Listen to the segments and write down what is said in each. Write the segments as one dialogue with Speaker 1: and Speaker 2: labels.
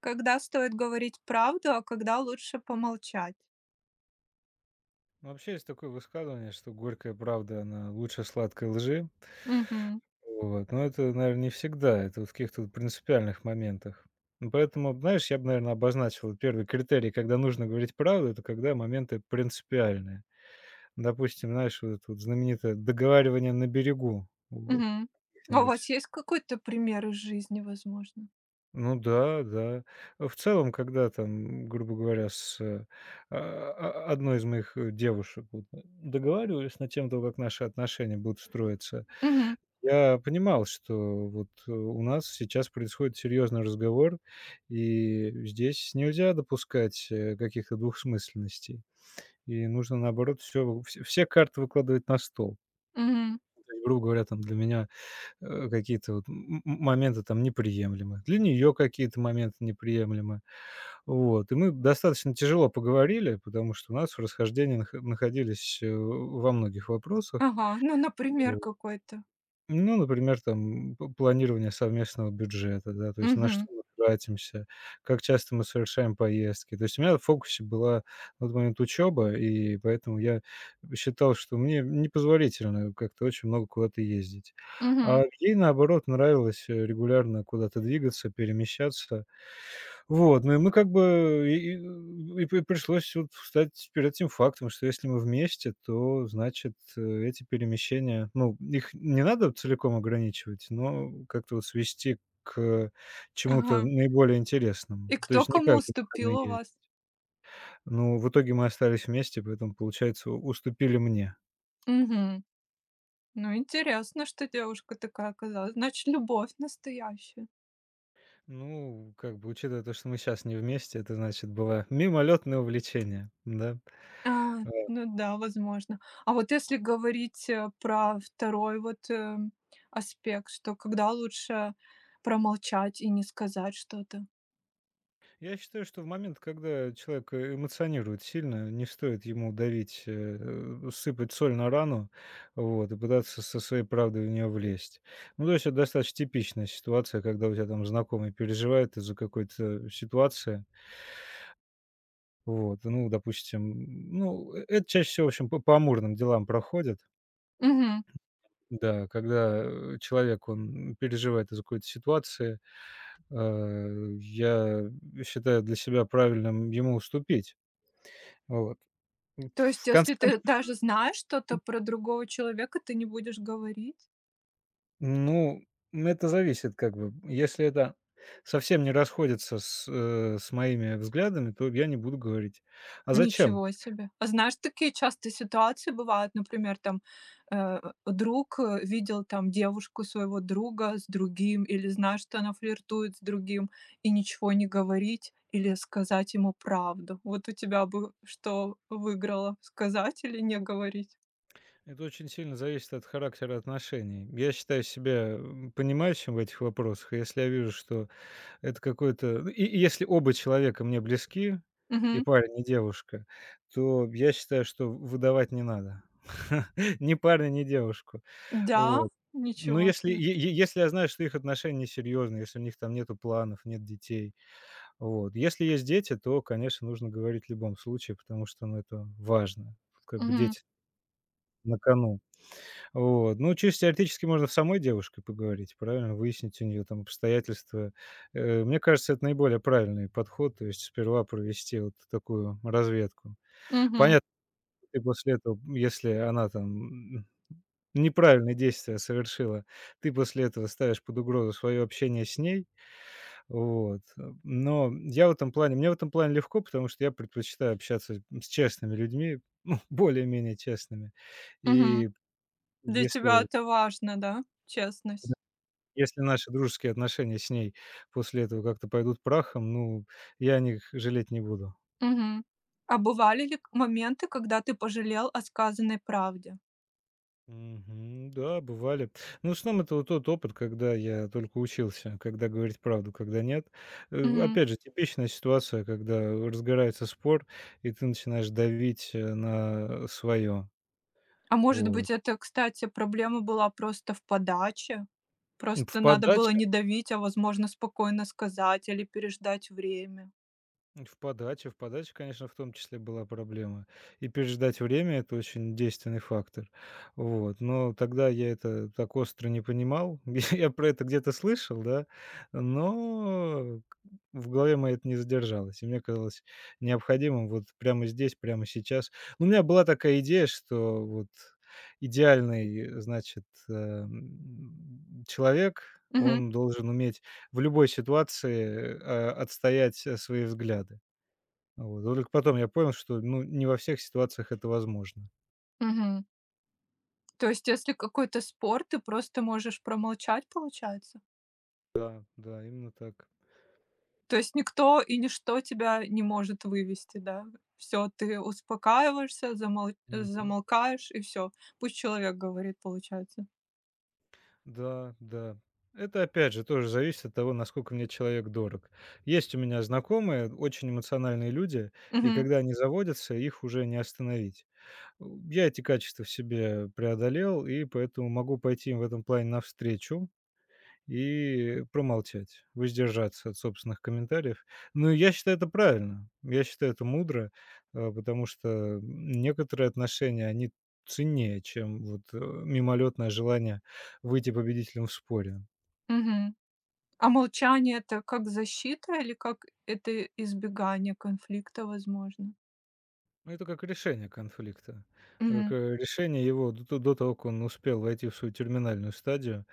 Speaker 1: Когда стоит говорить правду, а когда лучше помолчать.
Speaker 2: Ну, вообще есть такое высказывание, что горькая правда, она лучше сладкой лжи.
Speaker 1: Мгм,
Speaker 2: Вот. Но это, наверное, не всегда. Это вот в каких-то вот принципиальных моментах. Ну, поэтому, знаешь, я бы, наверное, обозначил вот первый критерий, когда нужно говорить правду, это когда моменты принципиальные. Допустим, знаешь, вот это вот знаменитое договаривание на берегу у
Speaker 1: мгм. А у
Speaker 2: каких-нибудь.
Speaker 1: вас есть какой-то пример из жизни, возможно?
Speaker 2: Ну, да, да. В целом, когда там, грубо говоря, с э, а, одной из моих, девушек вот договаривались на тему того, как наши отношения будут строиться,
Speaker 1: Мгм,
Speaker 2: я понимал, что вот, у нас сейчас происходит серьезный разговор, и здесь нельзя допускать, каких-то двухсмысленностей. И нужно, наоборот, все карты выкладывать на стол.
Speaker 1: мгм.
Speaker 2: То есть, грубо говоря, там для меня, какие-то вот моменты там неприемлемы, для нее какие-то моменты неприемлемы. Вот, и мы достаточно тяжело поговорили, потому что у нас расхождения находились, во многих вопросах.
Speaker 1: Ага, ну, например,
Speaker 2: Мгм.
Speaker 1: какой-то.
Speaker 2: Ну, например, там п планирование совместного бюджета, да, то есть на
Speaker 1: Мгм,
Speaker 2: что мы тратимся, как часто мы совершаем поездки. То есть у меня в фокусе была на тот момент учеба, и поэтому я считал, что мне непозволительно как-то очень много куда-то ездить.
Speaker 1: мгм.
Speaker 2: А ей, наоборот, нравилось, регулярно куда-то двигаться, перемещаться. Вот, ну и мы как бы и п пришлось вот встать перед этим фактом, что если мы вместе, то, значит, эти перемещения, ну, их не надо целиком ограничивать, но как-то вот свести к
Speaker 1: Ага.
Speaker 2: чему-то наиболее интересному.
Speaker 1: И
Speaker 2: То
Speaker 1: кто
Speaker 2: есть не
Speaker 1: кому
Speaker 2: каждый
Speaker 1: уступил
Speaker 2: выходный
Speaker 1: у
Speaker 2: ездит.
Speaker 1: вас?
Speaker 2: Ну, в итоге мы остались вместе, поэтому, получается, уступили мне.
Speaker 1: Мгм. Ну, интересно, что девушка такая оказалась. Значит, любовь настоящая.
Speaker 2: Ну, как бы, учитывая то, что мы сейчас не вместе, это, значит, было мимолетное увлечение, да.
Speaker 1: А, ну да, возможно. А вот если говорить, про второй вот, аспект, что когда лучше промолчать и не сказать что-то?
Speaker 2: Я считаю, что в момент, когда человек эмоционирует сильно, не стоит ему давить, сыпать соль на рану, вот, и пытаться со своей правдой в нее влезть. Ну, то есть это достаточно типичная ситуация, когда у тебя там знакомый переживает из-за какой-то ситуации, вот, ну, допустим, ну, это чаще всего, в общем, по амурным делам проходит,
Speaker 1: Мгм.
Speaker 2: да, когда человек, он переживает из-за какой-то ситуации, я считаю для себя правильным ему уступить, вот.
Speaker 1: То есть,
Speaker 2: В конце
Speaker 1: если ты
Speaker 2: концов,
Speaker 1: даже знаешь что-то про другого человека, ты не будешь говорить?
Speaker 2: ну, это зависит как бы. Если это совсем не расходится с, моими взглядами, то я не буду говорить. А зачем?
Speaker 1: Ничего себе. А знаешь, такие частые ситуации бывают, например, там, э, друг, видел там девушку своего друга с другим или знаешь, что она флиртует с другим, и ничего не говорить или сказать ему правду. Вот у тебя бы что выиграло: сказать или не говорить?
Speaker 2: Это очень сильно зависит от характера отношений. Я считаю себя, понимающим в этих вопросах. И если я вижу, что Это какой-то ну, и если оба человека мне близки, и
Speaker 1: Мгм.
Speaker 2: парень, и девушка, то я считаю, что выдавать не надо. Ни парня, ни девушку.
Speaker 1: Да?
Speaker 2: Вот. Но
Speaker 1: Ничего
Speaker 2: если
Speaker 1: себе.
Speaker 2: е е если я знаю, что их отношения несерьезные, если у них там нету планов, нет детей. Вот. Если есть дети, то, конечно, нужно говорить в любом случае, потому что, ну, это важно. Тут как бы
Speaker 1: Мгм.
Speaker 2: дети на кону. Вот. Ну, чисто теоретически можно с самой девушкой поговорить, правильно? Выяснить у нее там обстоятельства. Мне кажется, это наиболее правильный подход. То есть сперва провести вот такую разведку.
Speaker 1: Мгм.
Speaker 2: Понятно, ты после этого, если она там м, неправильные действия совершила, ты после этого ставишь под угрозу свое общение с ней. Вот. Но я в этом плане, мне в этом плане легко, потому что я предпочитаю общаться с честными людьми, ну, более-менее честными.
Speaker 1: Мгм.
Speaker 2: И
Speaker 1: Для тебя
Speaker 2: если
Speaker 1: это важно, да? Честность.
Speaker 2: Если наши дружеские отношения с ней после этого как-то пойдут прахом, ну, я о них жалеть не буду.
Speaker 1: Мгм. А бывали ли к моменты, когда ты пожалел о сказанной правде?
Speaker 2: Мгм. Да, бывали. Ну, в основном это вот тот опыт, когда я только учился, когда говорить правду, когда нет.
Speaker 1: Мгм.
Speaker 2: Опять же, типичная ситуация, когда разгорается спор, и ты начинаешь давить на свое.
Speaker 1: А может
Speaker 2: Вот.
Speaker 1: быть, это, кстати, проблема была просто в подаче?
Speaker 2: М, В
Speaker 1: Просто надо было
Speaker 2: подаче
Speaker 1: не давить, а, возможно, спокойно сказать или переждать время.
Speaker 2: в подаче, конечно, в том числе была проблема. И переждать время — это очень действенный фактор. Вот. Но тогда я это так остро не понимал. Я про это где-то слышал, да, но к в голове моей это не задержалось. И мне казалось необходимым вот прямо здесь, прямо сейчас. Ну, у меня была такая идея, что вот идеальный, значит, человек,
Speaker 1: Мгм.
Speaker 2: он должен уметь в любой ситуации, отстоять, свои взгляды. Вот. Только потом я понял, что, ну, не во всех ситуациях это возможно.
Speaker 1: Мгм. То есть, если какой-то спор, ты просто можешь промолчать, получается?
Speaker 2: Да, именно так.
Speaker 1: То есть никто и ничто тебя не может вывести, да? Все, ты успокаиваешься,
Speaker 2: Мгм.
Speaker 1: замолкаешь и все. Пусть человек говорит, получается.
Speaker 2: Да, да. Это, опять же, тоже зависит от того, насколько мне человек дорог. Есть у меня знакомые, очень эмоциональные люди, и
Speaker 1: Мгм.
Speaker 2: когда они заводятся, их уже не остановить. У я эти качества в себе преодолел, и поэтому могу пойти им в этом плане навстречу и промолчать, воздержаться от собственных комментариев. Но я считаю это правильно, я считаю это мудро, потому что некоторые отношения, они ценнее, чем вот, мимолетное желание выйти победителем в споре.
Speaker 1: Мгм. А молчание — это как защита или как это избегание конфликта, возможно?
Speaker 2: Ну, это как решение конфликта, как,
Speaker 1: Мгм.
Speaker 2: решение его до того, как он успел войти в свою терминальную стадию.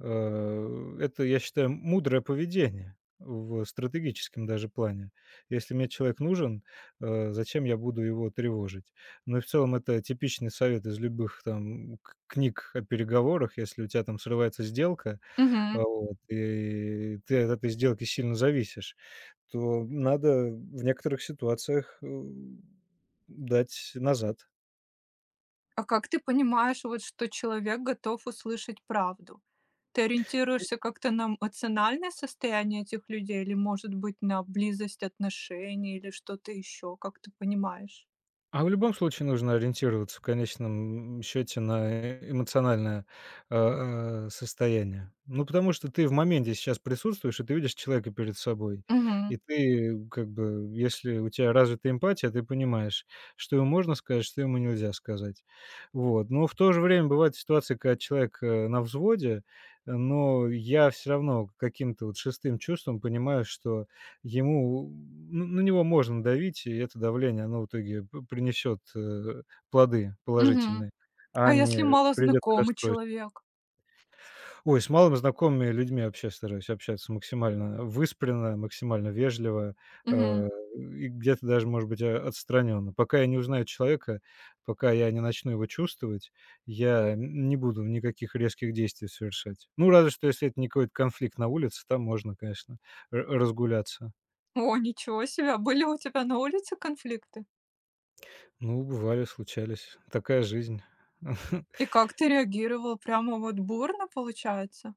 Speaker 2: Это, я считаю, мудрое поведение в стратегическом даже плане. Если мне человек нужен, зачем я буду его тревожить? Но и в целом это типичный совет из любых там к книг о переговорах. Если у тебя там срывается сделка,
Speaker 1: Мгм.
Speaker 2: вот, и ты от этой сделки сильно зависишь, то надо в некоторых ситуациях, дать назад.
Speaker 1: А как ты понимаешь, вот, что человек готов услышать правду? Ты ориентируешься как-то на эмоциональное состояние этих людей или, может быть, на близость отношений или что-то еще? Как ты понимаешь?
Speaker 2: А в любом случае нужно ориентироваться в конечном счете на эмоциональное, состояние. Ну, потому что ты в моменте сейчас присутствуешь, и ты видишь человека перед собой.
Speaker 1: Мгм.
Speaker 2: И ты, как бы, если у тебя развита эмпатия, ты понимаешь, что ему можно сказать, что ему нельзя сказать. Вот. Но в то же время бывают ситуации, когда человек, на взводе, но я все равно каким-то вот шестым чувством понимаю, что Ему ну, на него можно давить, и это давление, оно в итоге п принесет, плоды
Speaker 1: Мгм.
Speaker 2: положительные,
Speaker 1: А
Speaker 2: а
Speaker 1: если
Speaker 2: не
Speaker 1: мало
Speaker 2: придет к
Speaker 1: знакомый
Speaker 2: расстройству.
Speaker 1: человек?
Speaker 2: Ой, с малыми знакомыми людьми вообще стараюсь общаться максимально выспренно, максимально вежливо,
Speaker 1: Мгм.
Speaker 2: э, и где-то даже, может быть, отстраненно. Пока я не узнаю человека, пока я не начну его чувствовать, я н не буду никаких резких действий совершать. Ну, разве что, если это не какой-то конфликт на улице, там можно, конечно, ра разгуляться.
Speaker 1: О, ничего себе! А были у тебя на улице конфликты?
Speaker 2: Ну, бывали, случались. Такая жизнь.
Speaker 1: И как ты реагировал? Прямо вот бурно получается?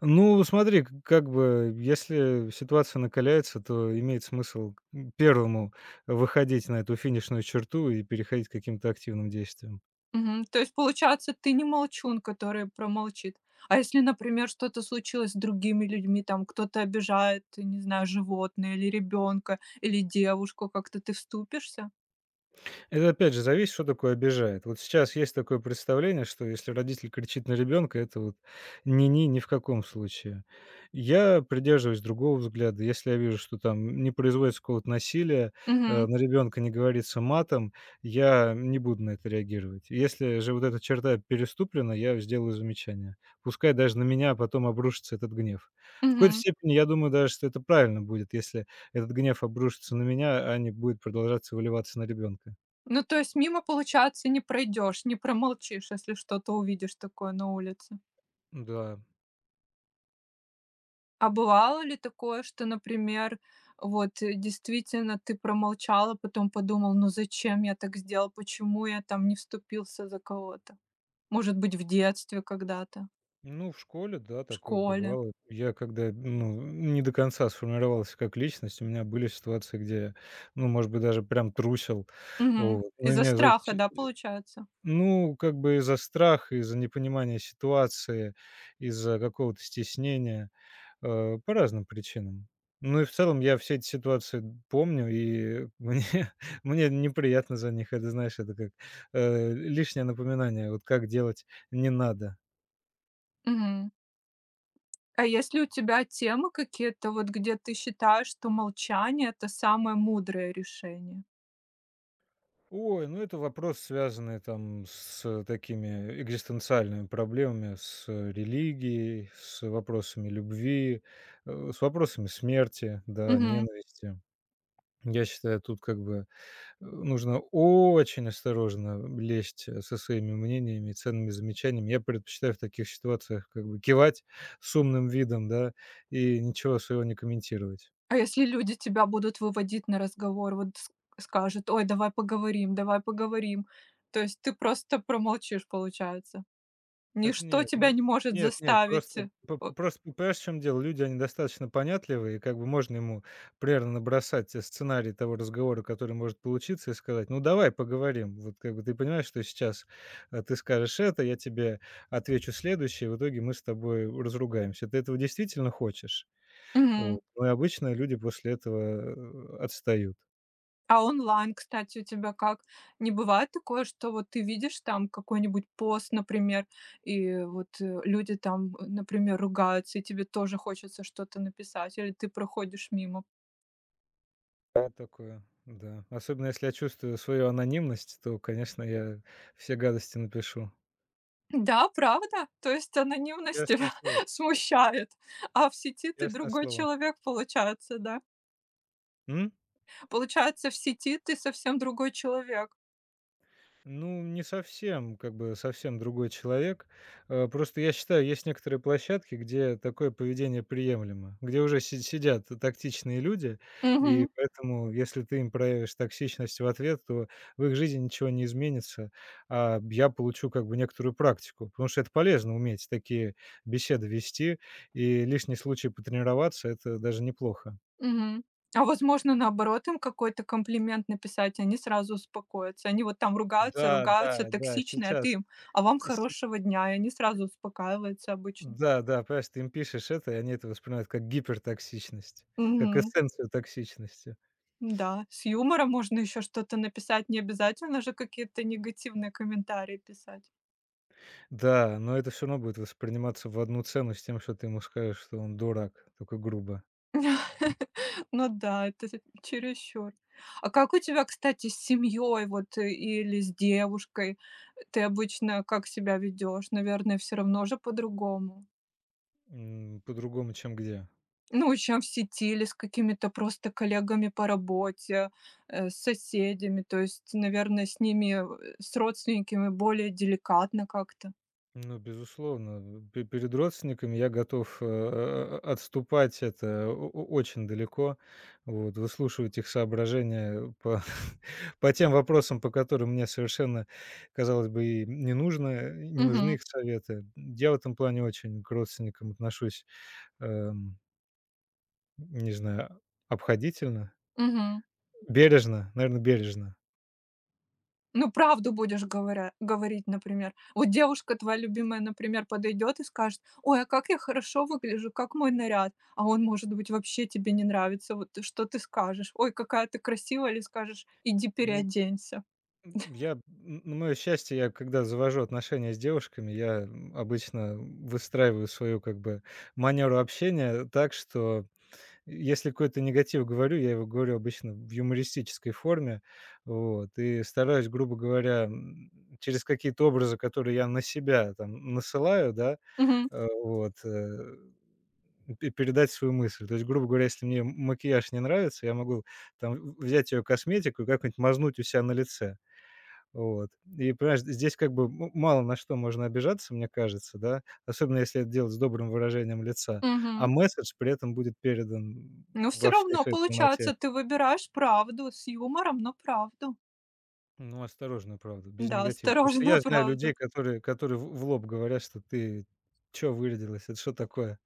Speaker 2: Ну, смотри, к как бы, если ситуация накаляется, то имеет смысл, первому выходить на эту финишную черту и переходить к каким-то активным действиям.
Speaker 1: Мгм. То есть, получается, ты не молчун, который промолчит. А если, например, что-то случилось с другими людьми, там кто-то обижает, не знаю, животное или ребенка, или девушку, как-то ты вступишься?
Speaker 2: Это опять же зависит, что такое обижает. Вот сейчас есть такое представление, что если родитель кричит на ребенка, это вот ни-ни, ни в каком случае. Я придерживаюсь другого взгляда. Если я вижу, что там не производится какого-то насилия,
Speaker 1: Мгм.
Speaker 2: на ребенка не говорится матом, я не буду на это реагировать. Если же вот эта черта переступлена, я сделаю замечание. Пускай даже на меня а потом обрушится этот гнев. В какой-то
Speaker 1: Мгм.
Speaker 2: степени я думаю даже, что это правильно будет, если этот гнев обрушится на меня, а не будет продолжаться выливаться на ребенка.
Speaker 1: Ну, то есть мимо, получается, не пройдешь, не промолчишь, если что-то увидишь такое на улице.
Speaker 2: Да.
Speaker 1: А бывало ли такое, что, например, вот, действительно ты промолчала, потом подумал: "Ну зачем я так сделал? Почему я там не вступился за кого-то?" Может быть, в детстве когда-то,
Speaker 2: Ну, в школе, да,
Speaker 1: в
Speaker 2: такое
Speaker 1: школе?
Speaker 2: бывало. Я когда, ну, не до конца сформировался как личность, у меня были ситуации, где я, ну, может быть, даже прям трусил.
Speaker 1: Мгм.
Speaker 2: Вот. Ну, и
Speaker 1: Из-за
Speaker 2: меня,
Speaker 1: страха,
Speaker 2: знаете,
Speaker 1: да, получается?
Speaker 2: ну, как бы из-за страха, из-за непонимания ситуации, из-за какого-то стеснения, по разным причинам. Ну и в целом я все эти ситуации помню, и мне, мне неприятно за них. Это, знаешь, это как лишнее напоминание, вот как делать не надо.
Speaker 1: Мгм. А если у тебя темы какие-то, вот где ты считаешь, что молчание — это самое мудрое решение?
Speaker 2: Ой, ну это вопрос, связанный там с такими экзистенциальными проблемами, с религией, с вопросами любви, с вопросами смерти, да,
Speaker 1: Мгм.
Speaker 2: ненависти. Я считаю, тут как бы нужно очень осторожно лезть со своими мнениями и ценными замечаниями. Я предпочитаю в таких ситуациях как бы кивать с умным видом, да, и ничего своего не комментировать.
Speaker 1: А если люди тебя будут выводить на разговор, вот ск скажут: "Ой, давай поговорим, давай поговорим". То есть ты просто промолчишь, получается.
Speaker 2: Это
Speaker 1: Ничто
Speaker 2: нет,
Speaker 1: тебя
Speaker 2: ну,
Speaker 1: не может
Speaker 2: нет, нет,
Speaker 1: заставить,
Speaker 2: просто
Speaker 1: э,
Speaker 2: п
Speaker 1: о
Speaker 2: п просто понимаешь, в чём дело? Люди, они достаточно понятливые, и как бы можно ему примерно набросать те сценарий того разговора, который может получиться, и сказать: "Ну, давай поговорим". Вот как бы ты понимаешь, что сейчас, ты скажешь это, я тебе отвечу следующее, и в итоге мы с тобой разругаемся. Ты этого действительно хочешь?
Speaker 1: мгм.
Speaker 2: Вот. Ну и обычно люди после этого, отстают.
Speaker 1: А онлайн, кстати, у тебя как? Не бывает такое, что вот ты видишь там какой-нибудь пост, например, и вот, люди там, например, ругаются, и тебе тоже хочется что-то написать, или ты проходишь мимо?
Speaker 2: Бывает такое, да. Особенно если я чувствую свою анонимность, то, конечно, я все гадости напишу.
Speaker 1: Да, правда. То есть анонимность
Speaker 2: Честное
Speaker 1: тебя
Speaker 2: слово.
Speaker 1: смущает, а в сети ты
Speaker 2: Ясное
Speaker 1: другой
Speaker 2: слово.
Speaker 1: человек, получается, да?
Speaker 2: М?
Speaker 1: Получается, в сети ты совсем другой человек.
Speaker 2: Ну, не совсем, как бы совсем другой человек. Просто я считаю, есть некоторые площадки, где такое поведение приемлемо, где уже сидят тактичные люди,
Speaker 1: Мгм,
Speaker 2: и поэтому, если ты им проявишь токсичность в ответ, то в их жизни ничего не изменится, а я получу как бы некоторую практику, потому что это полезно уметь такие беседы вести, и лишний случай потренироваться, это даже неплохо.
Speaker 1: мгм. А возможно, наоборот, им какой-то комплимент написать, они сразу успокоятся. Они вот там ругаются,
Speaker 2: Да,
Speaker 1: ругаются,
Speaker 2: да, да,
Speaker 1: токсичные, а ты
Speaker 2: сейчас.
Speaker 1: им: "А вам хорошего дня". И они сразу успокаиваются обычно.
Speaker 2: Да, да, понимаешь, ты им пишешь это, и они это воспринимают как гипертоксичность, как
Speaker 1: Мгм.
Speaker 2: эссенцию токсичности.
Speaker 1: Да, с юмором можно еще что-то написать, не обязательно же какие-то негативные комментарии писать.
Speaker 2: Да, но это все равно будет восприниматься в одну цену с тем, что ты ему скажешь, что он дурак, только грубо.
Speaker 1: Ну да, это з чересчур. А как у тебя, кстати, с семьей вот или с девушкой? Ты обычно как себя ведешь? Наверное, все равно же по-другому.
Speaker 2: По-другому, чем где.
Speaker 1: Ну, чем в сети или с какими-то просто коллегами по работе, с соседями. То есть, наверное, с ними, с родственниками более деликатно как-то.
Speaker 2: Ну, безусловно, пе перед родственниками я готов, отступать это о о очень далеко, вот, выслушивать их соображения по по тем вопросам, по которым мне совершенно, казалось бы, и не нужно, не нужны
Speaker 1: Угу.
Speaker 2: их советы. Я в этом плане очень к родственникам отношусь, эм, не знаю, обходительно,
Speaker 1: Мгм.
Speaker 2: бережно, наверное, бережно.
Speaker 1: Ну, правду будешь говоря говорить, например. Вот девушка твоя любимая, например, подойдет и скажет: "Ой, а как я хорошо выгляжу, как мой наряд". А он, может быть, вообще тебе не нравится. Вот что ты скажешь? "Ой, какая ты красивая", или скажешь: "Иди
Speaker 2: Ну,
Speaker 1: переоденься".
Speaker 2: м, я, н- на мое счастье, я когда завожу отношения с девушками, я обычно выстраиваю свою как бы манеру общения так, что если какой-то негатив говорю, я его говорю обычно в юмористической форме, вот, и стараюсь, грубо говоря, через какие-то образы, которые я на себя там насылаю, да,
Speaker 1: Мгм,
Speaker 2: вот, пе передать свою мысль. То есть, грубо говоря, если мне макияж не нравится, я могу там в взять ее косметику и как-нибудь мазнуть у ся на лице. Вот. И понимаешь, здесь как бы мало на что можно обижаться, мне кажется, да, особенно если это делать с добрым выражением лица, а
Speaker 1: мгм.
Speaker 2: месседж при этом будет передан
Speaker 1: Но все
Speaker 2: во всей
Speaker 1: равно,
Speaker 2: своей полноте.
Speaker 1: получается, ты выбираешь правду с юмором, но правду.
Speaker 2: Ну, осторожно, правда, без
Speaker 1: Да,
Speaker 2: негатива. Потому что
Speaker 1: осторожно,
Speaker 2: я знаю
Speaker 1: правду.
Speaker 2: людей, которые в лоб говорят, что ты чё вырядилась, это что такое?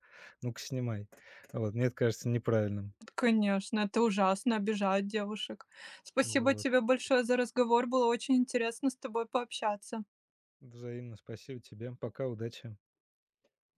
Speaker 2: Ну-ка снимай. Вот, мне это кажется неправильным.
Speaker 1: Конечно, это ужасно, обижать девушек. Спасибо
Speaker 2: Вот.
Speaker 1: тебе большое за разговор. Было очень интересно с тобой пообщаться.
Speaker 2: Взаимно. Спасибо тебе. Пока, удачи.